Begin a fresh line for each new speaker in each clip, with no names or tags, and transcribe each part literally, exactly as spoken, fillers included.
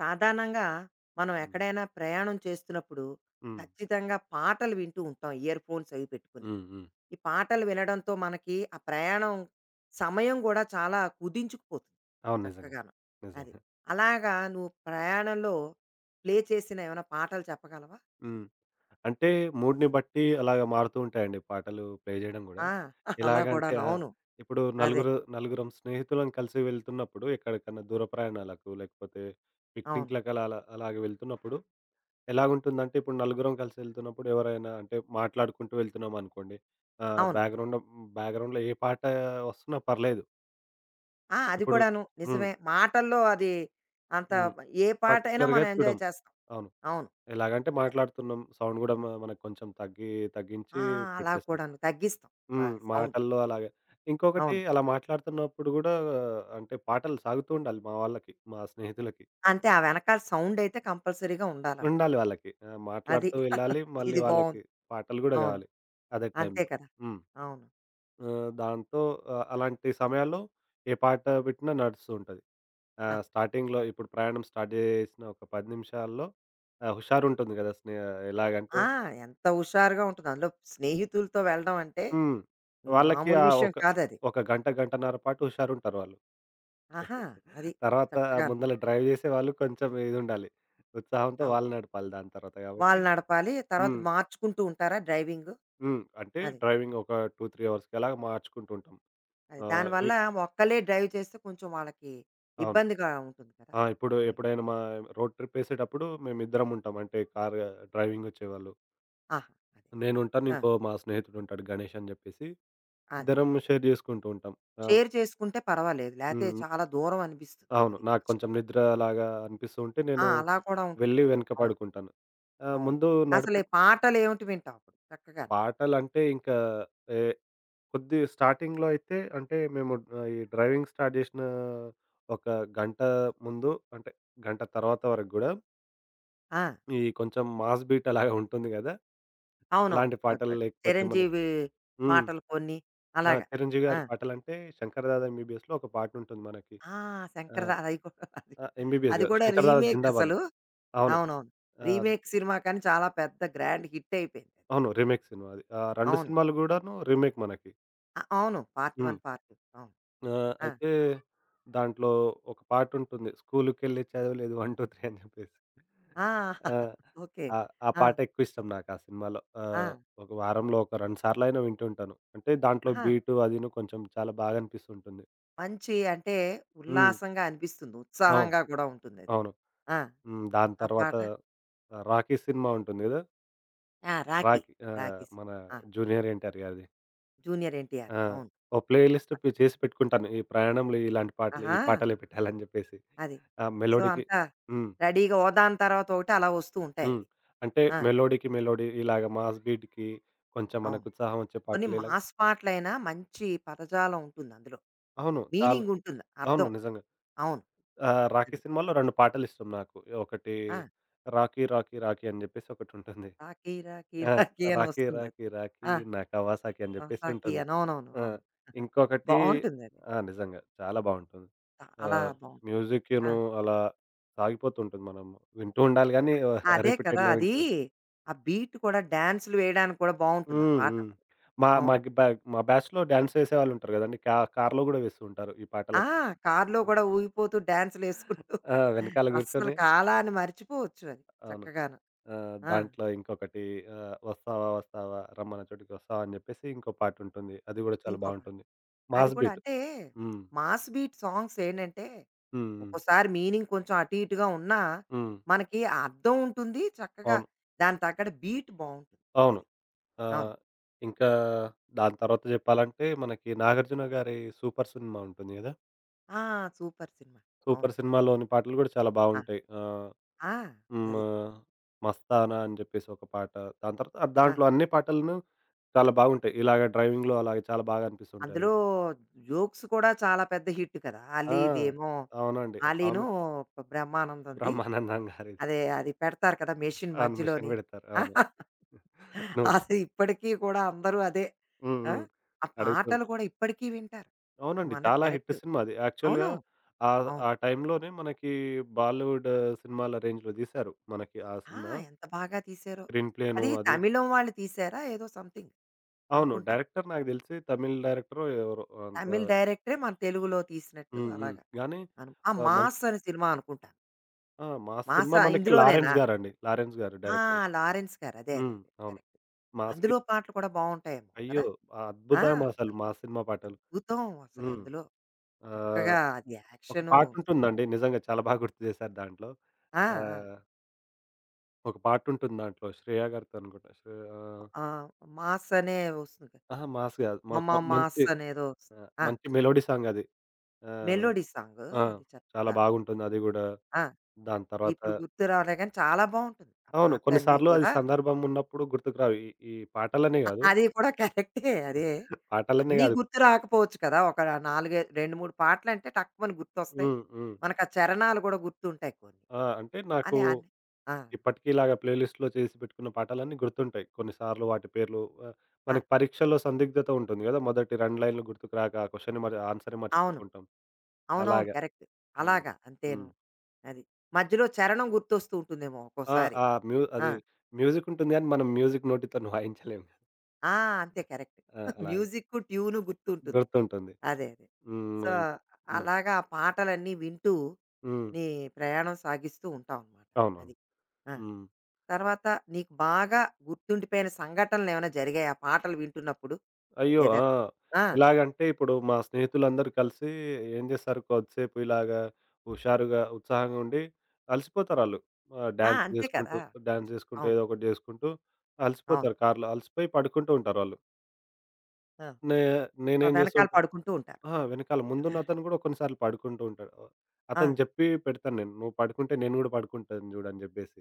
సాధారణంగా మనం
హ్మ్.
ఎక్కడైనా ప్రయాణం చేస్తున్నప్పుడు
హ్మ్.
ఖచ్చితంగా పాటలు వింటూ ఉంటాం, ఇయర్ ఫోన్స్ అవి పెట్టుకుని.
హ్మ్. హ్మ్.
ఈ పాటలు వినడంతో మనకి ఆ ప్రయాణం సమయం కూడా చాలా కుదించుకుపోతుంది
అవును. నిజంగా.
చక్కగాను. అది,
నిజంగా.
అలాగా నువ్వు ప్రయాణంలో ప్లే చేసిన ఏమైనా పాటలు చెప్పగలవా?
హ్మ్. అంటే మూడ్‌ని బట్టి అలాగా మారుతూ ఉంటాయండి పాటలు ప్లే జేయడం గూడా.
ఆ, అలా
ఎలాగంటే
కూడాను
ఆ!
అవును.
ఇప్పుడు
అదే.
నలుగురు నలుగురం స్నేహితులం కలిసి వెళ్తున్నప్పుడు ఎక్కడికన్నా దూర ప్రయాణాలకు లేకపోతే
అవును.
పిక్నిక్‌లకలా అలా అలాగే వెళ్తున్నప్పుడు ఎలాగుంటుందంటే ఇప్పుడు నలుగురం కలిసి వెళ్తున్నప్పుడు ఎవరైనా అంటే మాట్లాడుకుంటూ వెళ్తున్నామనుకోండి. ఆహ్,
అవును.
బ్యాక్‌గ్రౌండ్ బ్యాక్‌గ్రౌండ్‌లో ఏ పాట వస్తున్నా పర్లేదు.
ఆ, అది
ఇప్పుడు
కూడాను
హ్మ్.
నిజమే మాటల్లో. అది అంత
హ్మ్.
ఏ పాట అయినా
పర్టిక్యులర్‌గా
మనం ఎంజాయ్
చూడం.
చేస్తాం.
అవును.
అవును.
ఎలాగంటే మాట్లాడుతున్నాం. సౌండ్ గూడా మ మనకు కొంచెం తగ్గి తగ్గించి
ఆ! అలా
పెట్టేసాం.
కూడాను తగ్గిస్తాం. ఆ!
హ్మ్.
సౌండ్.
మాటల్లో అలాగే. ఇంకొకటి
అవును.
అలా మాట్లాడుతున్నప్పుడు గూడా అంటే పాటలు సాగుతూ ఉండాలి మా వాళ్ళకి, మా స్నేహితులకి.
అంతే, ఆ వెనకాల సౌండ్ అయితే కంపల్సరీగా ఉండాలంటావు.
ఉండాలి వాళ్ళకి. ఆ!
అది.
మాట్లాడుతూ వెళ్ళాలి. మళ్ళీ
ఇది
వాళ్ళకి
బావుంది.
పాటలు గూడా
అవును.
గావాలి అదే
అంతే
టైంలో.
కదా!
హ్మ్.
అవును.
ఆహ్, దాంతో ఆహ్, అలాంటి సమయాల్లో ఏ పాట పెట్టినా నడుస్తూ ఉంటది.
ఆ!
ఆహ్, స్టార్టింగ్‌లో ఇప్పుడు ప్రయాణం స్టార్ట్ జేసిన ఒక పది నిమిషాల్లో ఆహ్, హుషారుంటుంది గదా! స్నే ఎలాగంటే
ఆ! ఎంత హుషారుగా ఉంటుంది, అందులో స్నేహితులతో వెళ్ళడం అంటే.
హ్మ్.
ఈ
వాళ్ళకి
మామూలు
ఆహ్,
విషయం
ఒక
కాదది.
ఒక గంట, గంటన్నర పాటు హుషారుంటారు వాళ్ళు.
ఆహా! అది.
తర్వాత
చక్కగా.
ముందల డ్రైవ్ జేసేవాళ్ళు కొంచెం ఇదుండాలి. ఉత్సాహంతో
అవును.
వాళ్ళు నడపాలి దాని తర్వాత గాబట్టి
వాళ్ళు నడపాలి. తర్వాత
హ్మ్.
మార్చుకుంటూ ఉంటారా డ్రైవింగు?
హ్మ్. అంటే
అది.
డ్రైవింగ్ ఒక రెండు, మూడు అవర్స్‌కి అలాగ మార్చుకుంటూ ఉంటాం.
అది.
ఆహ్, ఇ
దానివల్ల ఒక్కళ్ళే డ్రైవ్ చేస్తే కొంచెం వాళ్ళకి
అవును.
ఇబ్బందిగా ఉంటుంది కదా!
ఆ! ఇప్పుడు
అది.
ఎప్పుడైనా మా రోడ్ ట్రిప్ ఏసేటప్పుడు మేమిద్దరం ఉంటాం. అంటే కార్ డ్రైవింగొచ్చేవాళ్ళు.
ఆహా! అది.
నేనుంటాను.
ఆ!
ఇంకో మా స్నేహితుడుంటాడు గణేష్ అని జెప్పేసి.
అది.
ఇద్దరం షేర్ జేసుకుంటూ ఉంటాం. ఆ!
షేర్ చేసుకుంటే పర్వాలేదు. లేతే
హ్మ్.
చాలా దూరం అనిపిస్తుంది.
అవును.
అది.
నాకు
కష్టం.
కొంచెం నిద్ర లాగా అనిపిస్తూ ఉంటే
ఆ!
నేను
అలా కూడా ఉంటుంది
వెళ్ళి
కదా!
వెనక
అవును.
పడుకుంటాను. ఆహ్,
అవును.
ముందు
అసలు
నడిపే
ఈ పాటలేమిటి వింటావు అప్పుడు చక్కగా?
పాటలంటే ఇంకా ఏ కొద్ది స్టార్టింగ్‌లో అయితే అంటే మేము ఆహ్, ఈ డ్రైవింగ్ స్టార్ట్ జేసిన ఒక గంట ముందు అంటే గంట తర్వాత వరకు గూడా
ఆ!
ఈ కొంచెం మాస్ బీట్ అలాగా ఉంటుంది గదా!
అవునవును.
అలాంటి
ప-
పాటలు
ప-
లేకపోతే మనకి
చిరంజీవి
హ్మ్.
పాటలు కొన్ని
ఆ!
అలాగా.
చిరంజీవి
ఆ!
గారి పాటలంటే 'శంకర్ దాదా ఎంబీబీఎస్‌లో' ఒక పాటుంటుంది మనకి.
ఆ!
ఆ!
శంకరదా అది కూడా అది.
ఆ! ఎంబీబీఎస్
అది
గాదు
కూడా
'శంకర్ దాదా
రీమేక్
జిందాబాద్‌లో'
అసలు.
అవును.
అవునవును.
ఆ!
రీమేక్ సినిమా కానీ చాలా పెద్ద గ్రాండ్ హిట్ అయిపోయింది. అది.
అవును. రీమేక్ సినిమా అది. ఆ రెండు
అవును.
సినిమాలు గూడాను రీమేక్ మనకి.
అ అవును. పార్ట్
హ్మ్.
One, part two. అవును.
ఆ!
ఆ!
అయితే దాంట్లో ఒక పాటుంటుంది. స్కూలుకెళ్ళి చదవలేదు ఒకటి, రెండు, మూడు అని జెప్పేసి.
ఆ!
ఆ!
ఓకే.
ఆ! ఆ
ఆ!
పాట ఎక్కువ ఇష్టం నాకు ఆ సినిమాలో.
ఆ!
ఆహ్, ఒక వారంలో ఒక రెండు సార్లయినా వింటుంటాను. అంటే దాంట్లో
ఆహా!
బీటు అదిను కొంచెం చాలా బాగా అనిపిస్తుంటుంది.
మంచి అంటే
హ్మ్.
ఉల్లాసంగా అనిపిస్తుంది.
అవును.
ఉత్సాహంగా కూడా ఉంటుందది.
అవును.
ఆ!
హ్మ్. దాని
ఆ
తర్వాత
పాట.
'రాఖీ' సినిమా ఉంటుంది గదా!
ఆ! 'రాఖీ',
'రాఖీ' ఆహ్,
'రాఖీ'
మన
సినిమా. ఆ!
జూనియర్ ఎన్‌టిఆర్ గారిది.
జూనియర్
ఆ!
ఎన్టీఆర్‌ది. అవును.
ఓ
ఆ
ప్లేలిస్ట్
పాట.
పి చేసి పెట్టుకుంటాను. ఈ ప్రయాణంలో ఇలాంటి పాటలు, ఈ
ఆహా!
పాటలే పెట్టాలని జెప్పేసి.
అది.
ఆ
సో,
మెలోడీకి
అంతా
హ్మ్.
రెడీగా ఓ దాని తర్వాత ఒకటి అలా వస్తూ
హ్మ్.
ఉంటాయవి.
అంటే
ఆ!
మెలోడీకి మెలోడీ ఇలాగ మాస్ బీట్‌కి కొంచెం
అవును.
మనకు ఉత్సాహం వచ్చే
కొన్ని
పాటలు ఇలాగ
మాస్ పాటలైనా మంచి పదజాలం ఉంటుంది అందులో.
అవును. చాలా
మీనింగ్ ఉంటుంది.
అవును.
అర్థం.
నిజంగా.
అవును.
ఆహ్, 'రాఖీ'
అది.
సినిమాలో రెండు పాటలిష్టం నాకు. ఒకటి
ఆ!
'రాఖీ రాఖీ రాఖీ' అని జెప్పేసి ఒకటుంటుంది.
'రాఖీ రాఖీ
ఆ!
రాఖీ' అని
'రాఖీ
వస్తుందది.
రాఖీ రాఖీ
ఆ!
నా కవాసాకి' అని
ఆ!
జెప్పేసి
'సాఖీ'
ఉంటుంది.
అని. అవునవును.
ఆ!
అవును.
ఇంకొకటి
బావుంటుందది.
ఆ! నిజంగా చాలా బావుంటుంది.
చాలా
ఆహ్,
బావుంటుంది. ఆ!
మ్యూజిక్కును అలా సాగిపోతుంటుంది. మనం వింటూ ఉండాలి గానీ
అదే కదా!
రిపీటెడ్‌లో
అది,
వింటూ ఉం
ఆ బీట్ కూడా డాన్సులు వేయడానికి కూడా బావుంటుంది ఆ
హ్మ్.
పాట.
హ్మ్.
అసలు.
మా
అవును.
మాకి బ మా బ్యాచ్‌లో డాన్స్ చేసేవాళ్ళుంటారు గదండీ! కా కార్‌లో గూడా వేస్తూ ఉంటారు ఈ
ఆ!
పాటలకి.
కార్‌లో కూడా ఊగిపోతూ డాన్సులేసుకుంటూ
ఆ! వెనకాల
అస్సలు
గూర్చొని
కాలాన్ని మర్చిపోవచ్చు అది
అవును.
చక్కగాను.
ఆహ్,
ఆ!
దాంట్లో ఇంకొకటి ఆహ్, 'వస్తావా వస్తావా రమ్మన్న చోటికి వస్తావా' అని చెప్పేసి ఇంకో పాటుంటుంది. అది గూడా చాలా
ఇంకో పాట.
బావుంటుంది.
అది
మాస్
కూడా
బీట్.
అంటే
హ్మ్.
మాస్ బీట్ సాంగ్స్ ఏంటంటే
హ్మ్. హ్మ్.
ఒక్కోసారి మీనింగ్ కొంచెం అటు ఇటుగా ఉన్నా
హ్మ్.
మనకి ఆ అర్థం ఉంటుంది. చక్కగా
అవును.
దానికి తగ్గట్టు బీట్ బావుంటుంది.
అవును.
అది. అవును.
ఆహ్, ఇంకా దాని తర్వాత జెప్పాలంటే మనకి 'నాగార్జున' గారి 'సూపర్' సినిమా ఉంటుంది గదా!
ఆ! Super cinema. అవును.
'సూపర్' సినిమాలోని పాటలు గూడా చాలా
ఆ!
బావుంటాయి. ఆహ్,
ఆ!
హ్మ్.
అది.
ఆహ్, 'మస్తానా' అని జెప్పేసి ఒక పాట. దాని తర్వాత ఆ
ఆ!
దాంట్లో అన్ని పాటలను చాలా బాగుంటాయి. ఇలాగ డ్రైవింగ్‌లో అలాగే చాలా బాగా అనిపిస్తుంటాయి
అందులో
అవి.
జోక్స్ కూడా చాలా పెద్ద హిట్ కదా!
ఆ!
'అలీదేమో',
అవునండి.
'అలీను',
కామెడీ
బ్రహ్మానందంది.
బ్రహ్మానందం గారిది.
అదే, అది పెడతారు కదా! మెషిన్
అవును. మిషన్
మధ్యలోని.
బెడతారు. అవును. నువ్వు
అది ఇప్పటికీ కూడా అందరూ అదే.
హ్మ్.
ఆ!
హ్మ్.
ఆ
అడుగుతూ
పాటలు కూడా ఇప్పటికీ వింటారు.
అవునండి.
నువ్వన్నది
చాలా హిట్
కరెక్ట్.
సినిమా అది. యాక్చువల్‌గా
అవును.
ఆహ్, ఆ
అవును.
టైంలోనే మనకి బాలీవుడ్ సినిమాల రేంజ్‌లో తీశారు. మనకి ఆ
ఆ!
సినిమా
ఎంత బాగా తీశారో.
స్క్రీన్ ప్లేను
అది
అది
తమిళం వాళ్ళు తీశారా ఏదో సంథింగ్
అవును.
అనుకుంటా.
డైరెక్టర్ నాకు తెలిసి తమిళ్ డైరెక్టరో ఎవరో అంత
తమిళ్ డైరెక్టరే మన తెలుగులో తీసినట్టు
హ్మ్. హ్మ్.
అలాగా.
గానీ
అను ఆ
ఆహ్, మం
'మాస్' అనే సినిమా అనుకుంటాను.
ఆ! మాస్ సినిమా
'మాసా'
మనకి లారెన్స్
ఇందులోనేనా?
గారండి. లారెన్స్ గారు
ఆ!
డైరెక్టర్.
'లారెన్స్' గారు. అదే. అదే.
హ్మ్.
అదే.
అవును.
కరెక్ట్.
మాస్‌కి
అందులో పాటలు కూడా బావుంటాయేమో
అయ్యో!
కదా! ఆ!
అద్భుతం అసలు
అసలు
మాస్ సినిమా పాటలు.
అద్భుతం అసలు
హ్మ్.
అందులో.
ఆహ్
చక్కగా అది
ఒక
యాక్షను. అది.
పాటుంటుందండి. నిజంగా చాలా బాగా గుర్తు చేశారు దాంట్లో.
ఆ! ఆ!
ఆహ్, ఒక పాటుంటుంది దాంట్లో. శ్రేయ గారితో అనుకుంటా. శ్రే ఆహ్,
ఆహ్, 'మాస్' అనే వస్తుంది.
అహా! మాస్ గాదు.
'మమ
మాకు మంచి
మాస్' అనేదో వస్తుంది.
ఆహ్,
ఆ!
మంచి మెలోడీ సాంగ్ అది. ఆహ్,
మెలోడీ సాంగు
ఆ!
అది
చాలా
చెప్తాను.
బాగుంటుంది అది గూడా.
ఆ!
దాని తర్వాత
ఇప్పుడు గుర్తు రాలే గానీ చాలా బావుంటుంది. ఆ
అవును. కొన్ని
పాటలన్నీ
సార్లు అది
కూడా.
సందర్భం ఉన్నప్పుడు గుర్తుకురావు. ఈ ఈ పాటలనే
అ
గాదు.
అది కూడా కరెక్టే. అదే.
పాటలనే
అన్నీ
గాదు.
గుర్తు రాకపోవచ్చు కదా! ఒక నాలుగే రెండు, మూడు పాటలంటే టక్కుమని గుర్తొస్తాయి.
హ్మ్. హ్మ్.
మనకా చరణాలు గూడా గుర్తుంటాయి కొన్ని.
ఆ! అంటే నాకు
అని అన్ ఆ!
ఇప్పటికి ఇలాగ ప్లే లిస్ట్‌లో చేసి పెట్టుకున్న పాటలన్నీ గుర్తుంటాయి. కొన్నిసార్లు వాటి పేర్లు ఆహ్,
ఆ!
మనకి పరీక్షలో సందిగ్ధత ఉంటుంది గదా! మొదటి రెండు లైన్‌లు గుర్తుకు రాక ఆ క్వెషన్‌ని మరి ఆన్సరే
అవును.
మర్చిపోతుంటాం.
అవునవును.
అలాగా.
కరెక్ట్.
హ్మ్.
అలాగా అంతేను.
హ్మ్.
అది. మధ్యలో చరణం గుర్తొస్తూ ఉంటుందేమో
ఆ!
ఒక్కోసారి.
ఆ మ్యూ
ఆ!
అది మ్యూజిక్ ఉంటుంది గానీ, మనం మ్యూజిక్ నోటితోని వాయించలేము.
ఆ! అంతే. కరెక్ట్.
ఆ! అలాగే
మ్యూజిక్కు, ట్యూను గుర్తుంటుంది.
గుర్తుంటుంది.
అదే. అదే.
హ్మ్.
సో,
ఇం హ్మ్.
అలాగా ఆ పాటలన్నీ వింటూ
హ్మ్.
నీ ప్రయాణం సాగిస్తూ ఉంటావు అనమాట.
అవునండి.
అది. ఆ!
హ్మ్.
తర్వాత నీకు బాగా గుర్తుండిపోయిన సంఘటనలేమైనా జరిగాయా? పాటలు వింటున్నప్పుడు
అయ్యో! ఆ!
ఏదైనా? ఆ!
ఎలాగంటే ఇప్పుడు మా స్నేహితులందరూ కలిసి ఏం చేస్తారు కొద్దిసేపు ఇలాగా హుషారుగా, ఉత్సాహంగా ఉండి అలసిపోతారాళ్ళు. ఆహ్,
ఆ!
డాన్స్
అంతే కదా!
చేసుకుంటూ, డాన్స్
కొంచెం.
చేసుకుంటూ
అవును.
ఏదో ఒకటి చేసుకుంటూ
అవును.
అలసిపోతారు కార్‌లో. అలసిపోయి పడుకుంటూ ఉంటారు వాళ్ళు.
ఆ!
నే
ఆహ్,
నేనేం చేస్తూ
వెనకాల
ఉంటాను
పడుకుంటూ ఉంటారు.
అహా! వెనకాల ముందున్న అతను కూడా కొన్నిసార్లు పడుకుంటూ ఉంటాడు.
ఆ!
అతనికి చెప్పి పెడతాను నేను. "నువ్వు పడుకుంటే నేను కూడా పడుకుంటాను చూడు" అని చెప్పేసి.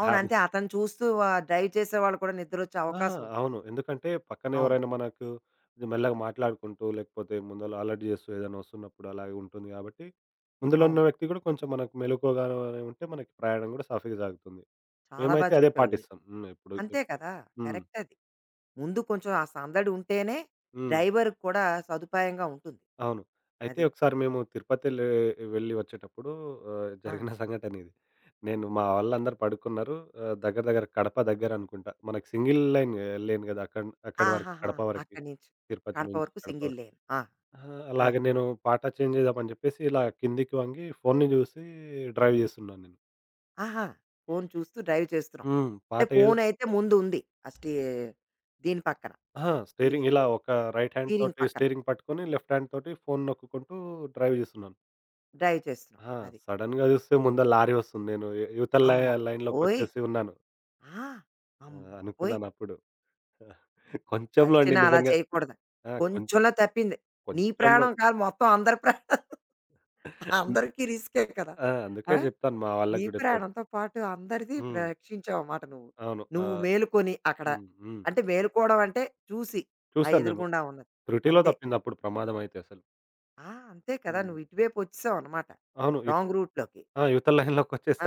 అవును. అంతే,
కారణం
అతను చూస్తూ ఆహ్, డ్రైవ్ చేసేవాళ్ళు కూడా నిద్రొచ్చే
ఆహా!
అవకాశం ఉంటుంది.
అవును. ఎందుకంటే పక్కన
అవును.
ఎవరైనా మనకు మెల్లగా మాట్లాడుకుంటూ, లేకపోతే ముందల అలర్ట్ చేస్తూ ఏదైనా వస్తున్నప్పుడు అలాగే ఉంటుంది కాబట్టి, ముందులో ఉన్న
అవును.
వ్యక్తి కూడా కొంచెం మనకు మెలకువగానే ఉంటే మనకి ప్రయాణం కూడా సాఫీగా సాగుతుంది.
చాలా బా
మేమైతే అదే
చెప్పావు ఇది.
పాటిస్తాం. హ్మ్. ఎప్పుడు
అంతే కదా!
హ్మ్.
కరెక్ట్ అది. ముందు కొంచెం ఆ సందడి ఉంటేనే
హ్మ్.
డ్రైవర్‌కి కూడా సదుపాయంగా ఉంటుంది.
అవును. అయితే
అది.
ఒకసారి మేము తిరుపతెళ్ళే వెళ్ళి వచ్చేటప్పుడు ఆహ్,
ఆ!
జరిగిన సంఘటన ఇది. నేను మా వాళ్ళందరూ పడుకున్నారు. ఆహ్, దగ్గర దగ్గర కడప దగ్గర అనుకుంటా. మనకి సింగిల్ లైన్ ఎళ్ళలేను కదా! అక్కడ్ అక్కడి వరకి
ఆహాహా!
కడప వరకి.
అక్కడి నుంచి.
తిరుపతి
కడప
నుంచి
వరకు
కడప
సింగిల్
వరకు.
లేన్. ఆ!
ఆహా!
ఆ!
అలాగ నేను పాట చేంజ్ చేద్దామని చెప్పేసి ఇలా కిందికి వంగి ఫోన్‌ని చూసి డ్రైవ్ చేస్తున్నాను నేను.
ఆహా! ఫోను చూస్తూ డ్రైవ్ చేస్తున్నాం.
హ్మ్.
అంటే
పాట ఏదో
ఫోనయితే ముందు ఉంది. ఆ స్టీ దీని పక్కన.
అహా!
స్టీరి
స్టీరింగ్ ఇలా ఒక రైట్ హ్యాండ్
స్టీరింగ్
తోటి
పక్కన
స్టీరింగ్ పట్టుకొని, లెఫ్ట్ హ్యాండ్ తోటి ఫోన్ నొక్కుకుంటూ డ్రైవ్ చేస్తున్నాను.
డ్రైవ్ చేస్తున్నాం.
ఆ!
అది.
సడెన్‌గా చూస్తే ముందర లారీ వస్తుంది. నేను ఇ ఇవతల లై
అమ్మబాబోయ్!
లైన్‌లోకొచ్చేసి ఉన్నాను.
ఆ!
ఆ!
అమ్మ బాబోయ్!
అనుకున్నానప్పుడు. కొంచెంలో అండి
చచ్చినా అలా
నిజంగా.
చేయకూడదు.
ఆ! కొం
కొంచెంలో తప్పింది. నీ
కొంచెంలో.
ప్రాణం కాదు, మొత్తం అందరి ప్రాణం,
హ్మ్.
అందరికీ రిస్కే కదా!
ఆ!
ఆ!
అందుకే చెప్తాను మా
నీ
వాళ్ళకి గూడా ఎప్పటికి
ప్రాణంతో పాటు అందరిది ప్ర
హ్మ్.
రక్షించావమాట నువ్వు.
అవును.
నువ్వు
ఆహ్,
మేలుకొని అక్కడ.
హ్మ్. హ్మ్.
అంటే మేలుకోవడం అంటే చూసి, ఆ
చూసాను నేను.
ఎదురుగుండా ఉన్నది.
త్రుటిలో
అంతే.
తప్పిందప్పుడు ప్రమాదమైతే అసలు.
ఆ! అంతే కదా!
హ్మ్.
నువ్వు ఇటువైపు వచ్చేసావనమాట.
అవును. ఇట్
రాంగ్ రూట్‌లోకి.
ఆ! ఇవతల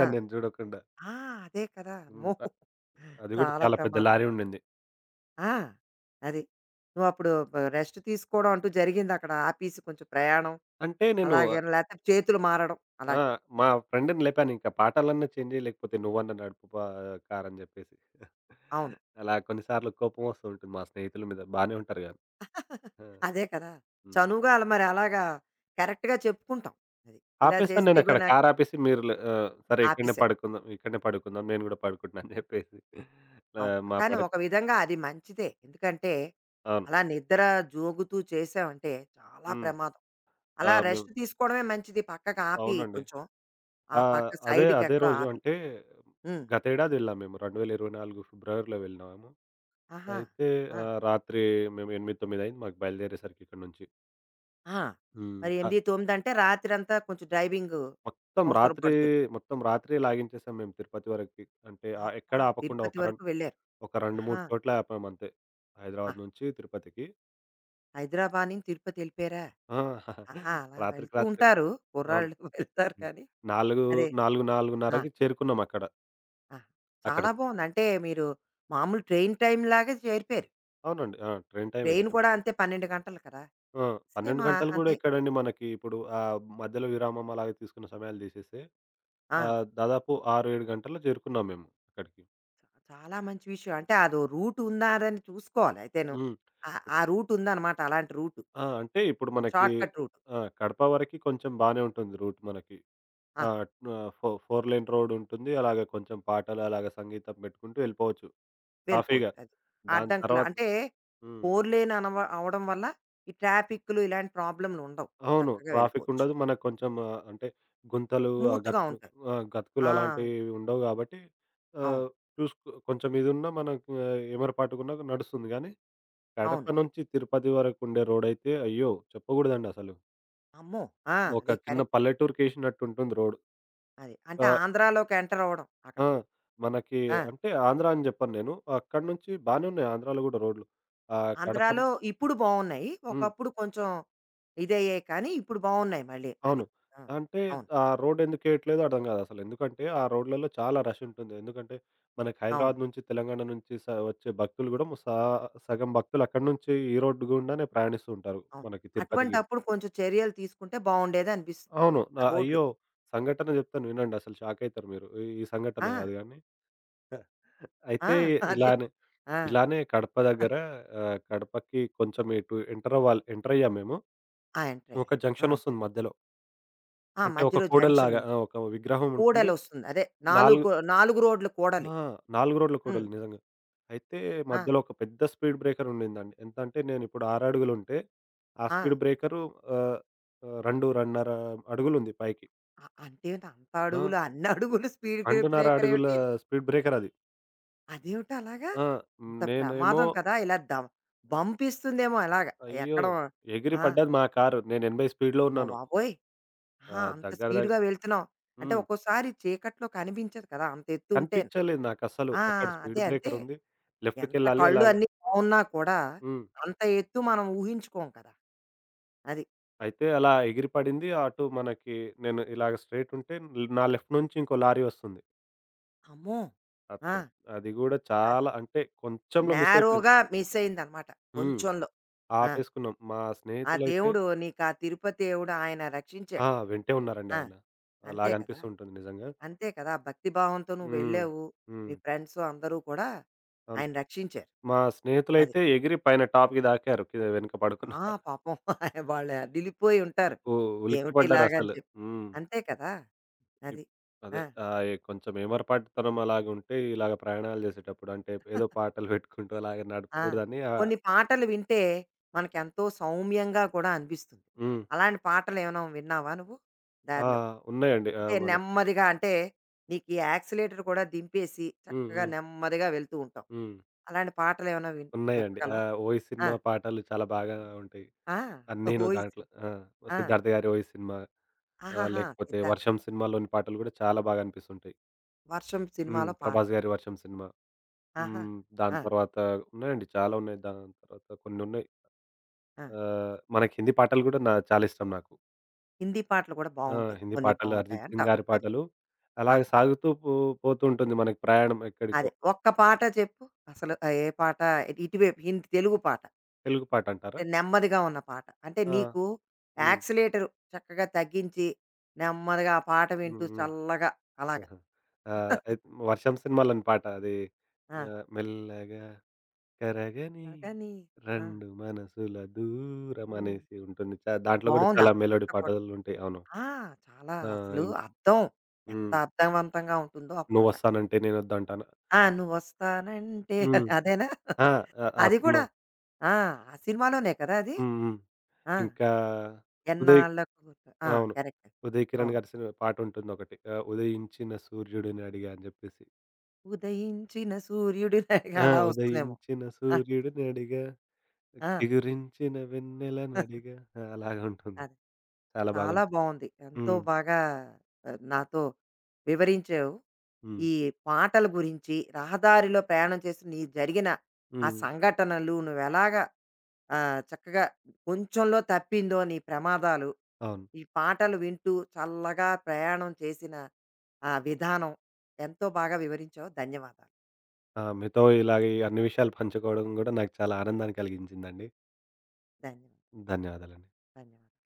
ఆ!
నేను చూడకుండా.
ఆ! అదే కదా!
హ్మ్.
అమ్మో!
అ అది కూడా
చాలా
చాలా పెద్ద
ప్రమాదం.
లారీ ఉండింది.
ఆ! అది. నువ్వప్పుడు బ రెస్ట్ తీసుకోవడం అంటూ జరిగిందక్కడ. ఆపేసి కొంచెం ప్రయాణం
అంటే నేను
అలాగేనా, లేతే చేతులు మారడం
ఆ!
అలాగా.
మా ఫ్రెండ్‌ని లేపానింకా పాఠాలన్నా చేంజ్ చెయి లేకపోతే నువ్వన్నా నడుపు పా కార్ అని చెప్పేసి.
అవును.
అలా కొన్ని సార్లు కోపమొస్తూ ఉంటుంది మా స్నేహితుల మీద. బానే ఉంటారు గానీ. ఆ!
అదే కదా!
హ్మ్.
చనువుగా అలా మరి అలాగా కరెక్ట్‌గా చెప్పుకుంటాం. అది. ఇలా
ఆపేసాను
చేస్తే ఇగో
నేనక్కడ
నాకు
కార్ ఆపేసి మీరు లే ఆహ్, సరే ఇక్కడనే
ఆపేశారు.
పడుకుందాం, ఇక్కడనే పడుకుందాం. నేను కూడా పడుకుంటున్నా అని చెప్పేసి.
అవును.
ఆహ్, మా
కానీ
పడక
ఒక విధంగా అది మంచిదే. ఎందుకంటే,
అవును.
అలా నిద్ర జోగుతూ చేసామంటే చాలా
హ్మ్.
ప్రమాదం.
ఆ!
అలా
మేము
రెస్ట్ తీసుకోవడమే మంచిది. పక్కకి ఆపి
అవునండి.
కొంచెం ఆ
ఆ!
పక్క
అదే, అదే
సైడ్‌కెక్కడో
రోజు
ఆపి.
అంటే
హ్మ్.
గతేడాది వెళ్ళాం మేము. రెండు వేల ఇరవై నాలుగు ఫిబ్రవరిలో వెళ్ళినాము.
ఆహా!
అయితే
ఆ!
ఆహ్, రాత్రి మేము ఎనిమిది, తొమ్మిది అయింది మాకు బయలుదేరేసరికి ఇక్కడి నుంచి.
ఆ!
హ్మ్.
మరి ఎనిమిది,
ఆహ్,
తొమ్మిది అంటే రాత్రంతా కొంచెం డ్రైవింగు
మొత్తం
అవసరం
రాత్రి
పడుతుంది.
మొత్తం రాత్రే లాగించేసాం మేము తిరుపతి వరకి. అంటే ఆహ్,
అబ్బా!
ఎక్కడ ఆపకుండా
తిరుపతి
ఒక రన్
వరకు వెళ్లారు.
ఒక రెండు, మూడు
ఆహా!
చోట్ల ఆపాం అంతే.
ఆ!
హైదరాబాద్ నుంచి తిరుపతికి.
హైదరాబాద్ నుంచి తిరుపతి ఎళ్ళిపోయారా?
ఆ!
ఆ! ఆ! అలా
రాత్రికి
వెళ్తూ
రాత్రే.
ఉంటారు.
అవును.
కుర్రాళ్ళు వెళ్తారు
హ్మ్.
కానీ,
4,
అదే.
4,
ఆ!
4:30కి చేరుకున్నాం అక్కడ.
ఆ!
అక్కడ
చాలా బావుంది. అంటే మీరు మామూలు ట్రైన్ టైమ్ లాగే చేరిపోయారు.
అవునండి. ఆ! ట్రైన్ టైమే.
ట్రైన్ కూడా అంతే పన్నెండు గంటలు కదా!
ఆ! పన్నెండు
సేమ్ ఆహ్,
గంటలు గూడా
అంతే.
ఎక్కడండి మనకి. ఇప్పుడు ఆహ్, మధ్యలో విరామం అలాగే తీసుకున్న సమయాలు తీసేస్తే
ఆ!
ఆహ్, దాదాపు ఆరు, ఏడు గంటల్లో చేరుకున్నాం మేము అక్కడికి.
చా- చాలా మంచి విషయం. అంటే అదో రూట్ ఉన్నారని చూసుకోవాలి అయితేను.
హ్మ్.
ఆ ఆ రూట్ ఉందన్నమాట. అలాంటి రూట్.
ఆ! అంటే ఇప్పుడు మనకి
షార్ట్‌కట్ రూట్.
ఆ! కడప వరకి కొంచెం బానే ఉంటుంది రూట్ మనకి. ఆ!
ఆహా!
ఆహ్, ఫో ఫోర్ లేన్ రోడ్ ఉంటుంది. అలాగే కొంచెం పాటలు అలాగే సంగీతం పెట్టుకుంటూ వెళ్ళిపోవచ్చు
వెళ్ళిపోవచ్చు
సాఫీగా.
అది. ఆ
దాని
అడ్డంకులు
తర్వాత
అంటే
హ్మ్.
ఫోర్ లేన్ అనవ అవ్వడం వల్ల ఈ ట్రాఫిక్‌లు ఇలాంటి ప్రాబ్లమ్‌లు ఉండవు.
అవును.
చక్కగా వెళ్ళిపోవచ్చు.
ట్రాఫికుండదు. మనకు కొంచెం ఆహ్, అంటే గుంతలు, ఆ
స్మూత్‌గా
గతుకులు
ఉంటది.
ఆ! గతుకులు
ఆ!
అలాంటివి ఉండవు గాబట్టి
అవును.
ఆహ్, చూసుకో కొంచెం ఇదున్నా మనకు ఎమరపాటుగున్నా నడుస్తుంది గానీ, కడప
అవును.
నుంచి తిరుపతి వరకుండే రోడయితే అయ్యో! చెప్పగూడదండసలు.
అమ్మో! ఆ! అది
ఒక చిన్న
కరెక్ట్.
పల్లెటూరికేసినట్టుంటుంది రోడ్.
అది. అంటే
ఆహ్,
ఆంధ్రాలోకి ఎంటర్ అవ్వడం అక్కడ.
ఆ! మనకి
ఆ!
అంటే ఆంధ్ర అని జెప్పను నేను. అక్కడి నుంచి బానే ఉన్నాయి ఆంధ్రాలో గూడా రోడ్లు. ఆ కడప
ఆంధ్రాలో ఇప్పుడు బావున్నాయి.
హ్మ్.
ఒకప్పుడు కొంచెం ఇదయ్యాయి కానీ, ఇప్పుడు బావున్నాయి మళ్ళీ. అది.
అవును.
ఆ!
అంటే
అవును.
ఆ రోడెందుకేయట్లేదో అర్థం గాదసలు. ఎందుకంటే, ఆ రోడ్లలో చాలా రష్ ఉంటుంది. ఎందుకంటే, మనకి
అవును.
హైదరాబాద్ నుంచి, తెలంగాణ నుంచి స వచ్చే భక్తులు గూడా సా సగం భక్తులు అక్కడి నుంచి ఈ రోడ్డు గుండానే ప్రయాణిస్తూ ఉంటారు.
అవును.
మనకి తిరుపతికి.
అటువంటప్పుడు కొంచెం చర్యలు తీసుకుంటే బావుండేదనిపిస్తుంది. అది.
అవును.
ఆ
నా
రోడ్లు.
అయ్యో! సంఘటన జెప్తాను వినండి అసలు షాకయితారు మీరు. ఈ ఈ సంఘటన
ఆ!
గాదు గానీ.
ఆ!
అయితే
అదే.
ఇలానే,
ఆ!
ఇలానే కడప దగ్గర ఆహ్, కడపకి కొంచెం ఇటు ఎంటరవ్వాలి ఎంటరయ్యాము మేము.
ఆ! ఎంటర్
ఒక
అయ్యారు. ఆ!
జంక్షనొస్తుంది మధ్యలో.
ఆ!
అంటే ఒక
మధ్యలో జంక్షన్
కూడలిలాగా
ఉంది.
ఆ! ఒక విగ్రహం ఉంటుంది.
కూడలొస్తుంది. అదే.
నాలుగు
నాలుగు, నాలుగు రోడ్లు కూడలి.
ఆ! నాలుగు రోడ్ల
హ్మ్.
కూడలి నిజంగా. అయితే
ఆ!
మధ్యలో ఒక పెద్ద స్పీడ్ బ్రేకర్ ఉండిందండి. ఎంత అంటే నేనిప్పుడు ఆరు అడుగులుంటే, ఆ
ఆ!
స్పీడ్ బ్రేకరు ఆహ్, ఆహ్, రెండు, రెండున్నర అడుగులుంది పైకి.
అ అంటే ఏంటి అంత
ఆ!
అడుగులు, అన్ని అడుగులు స్పీడ్
రెండున్నర
బ్రేకర్
అడుగుల
ఏమిటి?
స్పీడ్ బ్రేకర్ అది.
అదేవిట అలాగా?
ఆ!
అంత
నేనేమో
ప్రమాదం కదా! ఇలా దం బంపిస్తుందేమో అలాగ
అయ్యో!
ఎక్కడం.
ఎగిరి
ఆ!
పడ్డది మా కారు. నేను ఎనభై స్పీడ్‌లో
అమ్మ
ఉన్నాను.
బాబోయ్! ఆహా!
ఆహ్,
అంత
దగ్గర దగ్
స్పీడ్‌గా వెళ్తున్నాం. అంటే
హ్మ్.
ఒక్కోసారి చీకట్లో కనిపించదు కదా! అంత ఎత్తు ఉంటేను.
కనిపించలేదు నాకస్సలు.
ఆ!
అక్కడ స్పీడ్
అదే అంతే.
బ్రేకర్ ఉంది.
ఎంత
లెఫ్ట్‌కెళ్ళాలి
కళ్ళు
ఎలాగో
అన్నీ బావున్నా కూడా
హ్మ్.
అంత ఎత్తు మనం ఊహించుకోం కదా! అది.
అయితే అలా ఎగిరి పడింది. అటు మనకి నేను ఇలాగ స్ట్రెయిట్ ఉంటే నా లెఫ్ట్ నుంచి ఇంకో లారీ వస్తుంది.
అమ్మో! ఆ!
అప్పుడు అది గూడా
అది.
చాలా అంటే కొంచెంలో మిస్ అయిపోయింది.
నేరోగా మిస్ అయిందనమాట
హ్మ్.
కొంచెంలో. ఆ!
ఆపేసుకున్నాం. మా
ఆ
స్నేహితులైతే
దేవుడు, నీకు ఆ తిరుపతి దేవుడు ఆయన రక్షించాడు.
ఆ! వెంటే ఉన్నారండి
ఆ!
ఆయన.
అంతే కదా!
అలాగనిపిస్తూ ఉంటుంది నిజంగా.
అంతే కదా! భక్తి భావంతో నువ్వు
హ్మ్.
వెళ్ళావు. మీ
హ్మ్.
ఫ్రెండ్స్ అందరూ కూడా
అవును.
ఆయన రక్షించారు.
మా
అది.
స్నేహితులైతే ఎగిరి పైన టాప్‌కి దాకారు. కింద వెనక
ఆ!
పడుకున్నారు.
పాపం వాళ్ళు అదిలిపోయి ఉంటారు.
ఉ
ఏమిటి ఇలాగని
ఉలిక్కిపడ్డారసలు.
చెప్పి.
హ్మ్.
అంతే కదా!
ఇప్
అది.
అదే.
ఆ!
ఆహ్, ఎ కొంచెం ఏమరపాటుతనం అలాగుంటే, ఇలాగ ప్రయాణాలు జేసేటప్పుడు అంటే, ఏదో పాటలు పెట్టుకుంటూ అలాగ
ఆ!
నడపకూడదని ఆహ్,
కొన్ని పాటలు వింటే మనకెంతో సౌమ్యంగా కూడా అనిపిస్తుంది.
హ్మ్.
అలాంటి పాటలు ఏమైనా విన్నావా నువ్వు
ఆ!
దారిలో?
ఉన్నాయండి. ఆ!
అంటే
మనకు
నెమ్మదిగా అంటే నీకు ఈ యాక్సిలేటర్ కూడా దింపేసి
హ్మ్.
చక్కగా
హ్మ్.
నెమ్మదిగా వెళ్తూ ఉంటాం.
హ్మ్.
అలాంటి పాటలేమైనా విన్
ఉన్నాయండి.
చెప్పగలవా?
ఆహ్, 'ఓయ్'
ఆ!
సినిమా పాటలు చాలా బాగా ఉంటాయి.
ఆ!
అన్నీను
ఓయ్ సి
దాంట్లో. ఆ!
ఆ!
'సిద్ధార్థ గారి 'ఓయ్' సినిమా ఆహ్,
ఆహాహా!
లేకపోతే
'సిద్ధార్థ్'.
'వర్షం' సినిమాలోని పాటలు గూడా చాలా బాగా అనిపిస్తుంటాయి.
'వర్షం'
హ్మ్.
సినిమాలో
'ప్రభాస్'
పాటలు.
గారి 'వర్షం' సినిమా.
ఆహాహా!
హ్మ్. దాని
ఆ!
తర్వాత ఉన్నాయండి. చాలా ఉన్నాయి. దాని తర్వాత కొన్నున్నాయి.
ఆ!
ఆహ్, మనకి హిందీ పాటలు గూడా నా చాలా ఇష్టం నాకు.
హిందీ పాటలు కూడా
ఆ!
బావుంటాయి.
హిందీ
కొన్ని
పాటలు,
బావుంటాయి
'అరిజిత్ సింగ్'
అంటావు.
గారి
అది.
పాటలు.
ఆ!
అలాగే సాగుతూ పో పోతూ ఉంటుంది మనకి ప్రయాణం ఎక్కడికో.
అదే. ఒక్క పాట చెప్పు. అసలు ఆహ్, ఏ పాట ఇటువైపు హింద్ తెలుగు పాట.
తెలుగు పాటంటారా?
అంటే నెమ్మదిగా ఉన్న పాట. అంటే
ఆ!
నీకు
హ్మ్.
యాక్సిలేటర్ చక్కగా తగ్గించి, నెమ్మదిగా ఆ పాట వింటూ
హ్మ్. హ్మ్.
చల్లగా అలాగా.
ఆ! అయి 'వర్షం' సినిమాలోని పాట అది
ఆ!
ఆహ్, మెల్లగా కరగని
కానీ ఆ!
రెండు మనసుల దూరం
హ్మ్.
అనేసి ఉంటుంది. చ దాంట్లో గూడా
బావుంది. ఆ
చాలా మెలోడీ
పాట కూడా.
పాటలుంటాయి. అవును.
ఆ! చాలా
ఆ!
అసలు
ఇం
అర్థం. ఎంత
హ్మ్.
అర్థవంతంగా ఉంటుందో ఆ పాట.
'నువ్వొస్తానంటే నేనొద్దంటానా.'
ఆ! నువ్వొస్తానంటే
హ్మ్.
అదేనా?
ఆ! ఆ! ఆ
అది
సినిమా.
కూడా. ఆ! ఆ సినిమాలోనే కదా అది?
హ్మ్. హ్మ్.
ఆ!
ఇంకా 'ఉదయ్'
ఎన్నాళ్ళకు గుర్తు- ఆ!
అవును.
కరెక్ట్.
'ఉదయ్ కిరణ్'
అవును.
గారి సినిమా పాటుంటుందొకటి. ఆహ్, 'ఉదయించిన సూర్యుడిని అడిగా' అని జెప్పేసి.
ఉదయించిన సూర్యుడి లాగా
ఆ!
అలా వస్తుందేమో.
ఉదయించిన
ఆ!
సూర్యుడినడిగా,
ఆ!
చిగురించిన వెన్నెలనడిగా ఆ! అలాగే ఉంటుంది.
అదే.
చాలా
చాలా
బాగుంటుంది.
బావుంది. ఎంతో
హ్మ్.
బాగా ఆహ్, నాతో వివరించావు.
హ్మ్.
ఈ పాటల గురించి, రహదారిలో ప్రయాణం చేసి నీ జరిగిన ఆ
హ్మ్.
సంఘటనలు నువ్వెలాగా ఆహ్, చక్కగా కొంచెంలో తప్పిందో నీ ప్రమాదాలు,
అవును.
ఈ పాటలు వింటూ చల్లగా ప్రయాణం చేసిన ఆ విధానం ఎంతో బాగా వివరించావు. ధన్యవాదాలు.
ఆ! మీతో ఇలాగ ఈ అన్ని విషయాలు పంచుకోవడం గూడా నాకు చాలా ఆనందాన్ని కలిగించిందండి.
ధన్యవాదాలు.
ధన్యవాదాలండి.
ధన్యవాదాలు.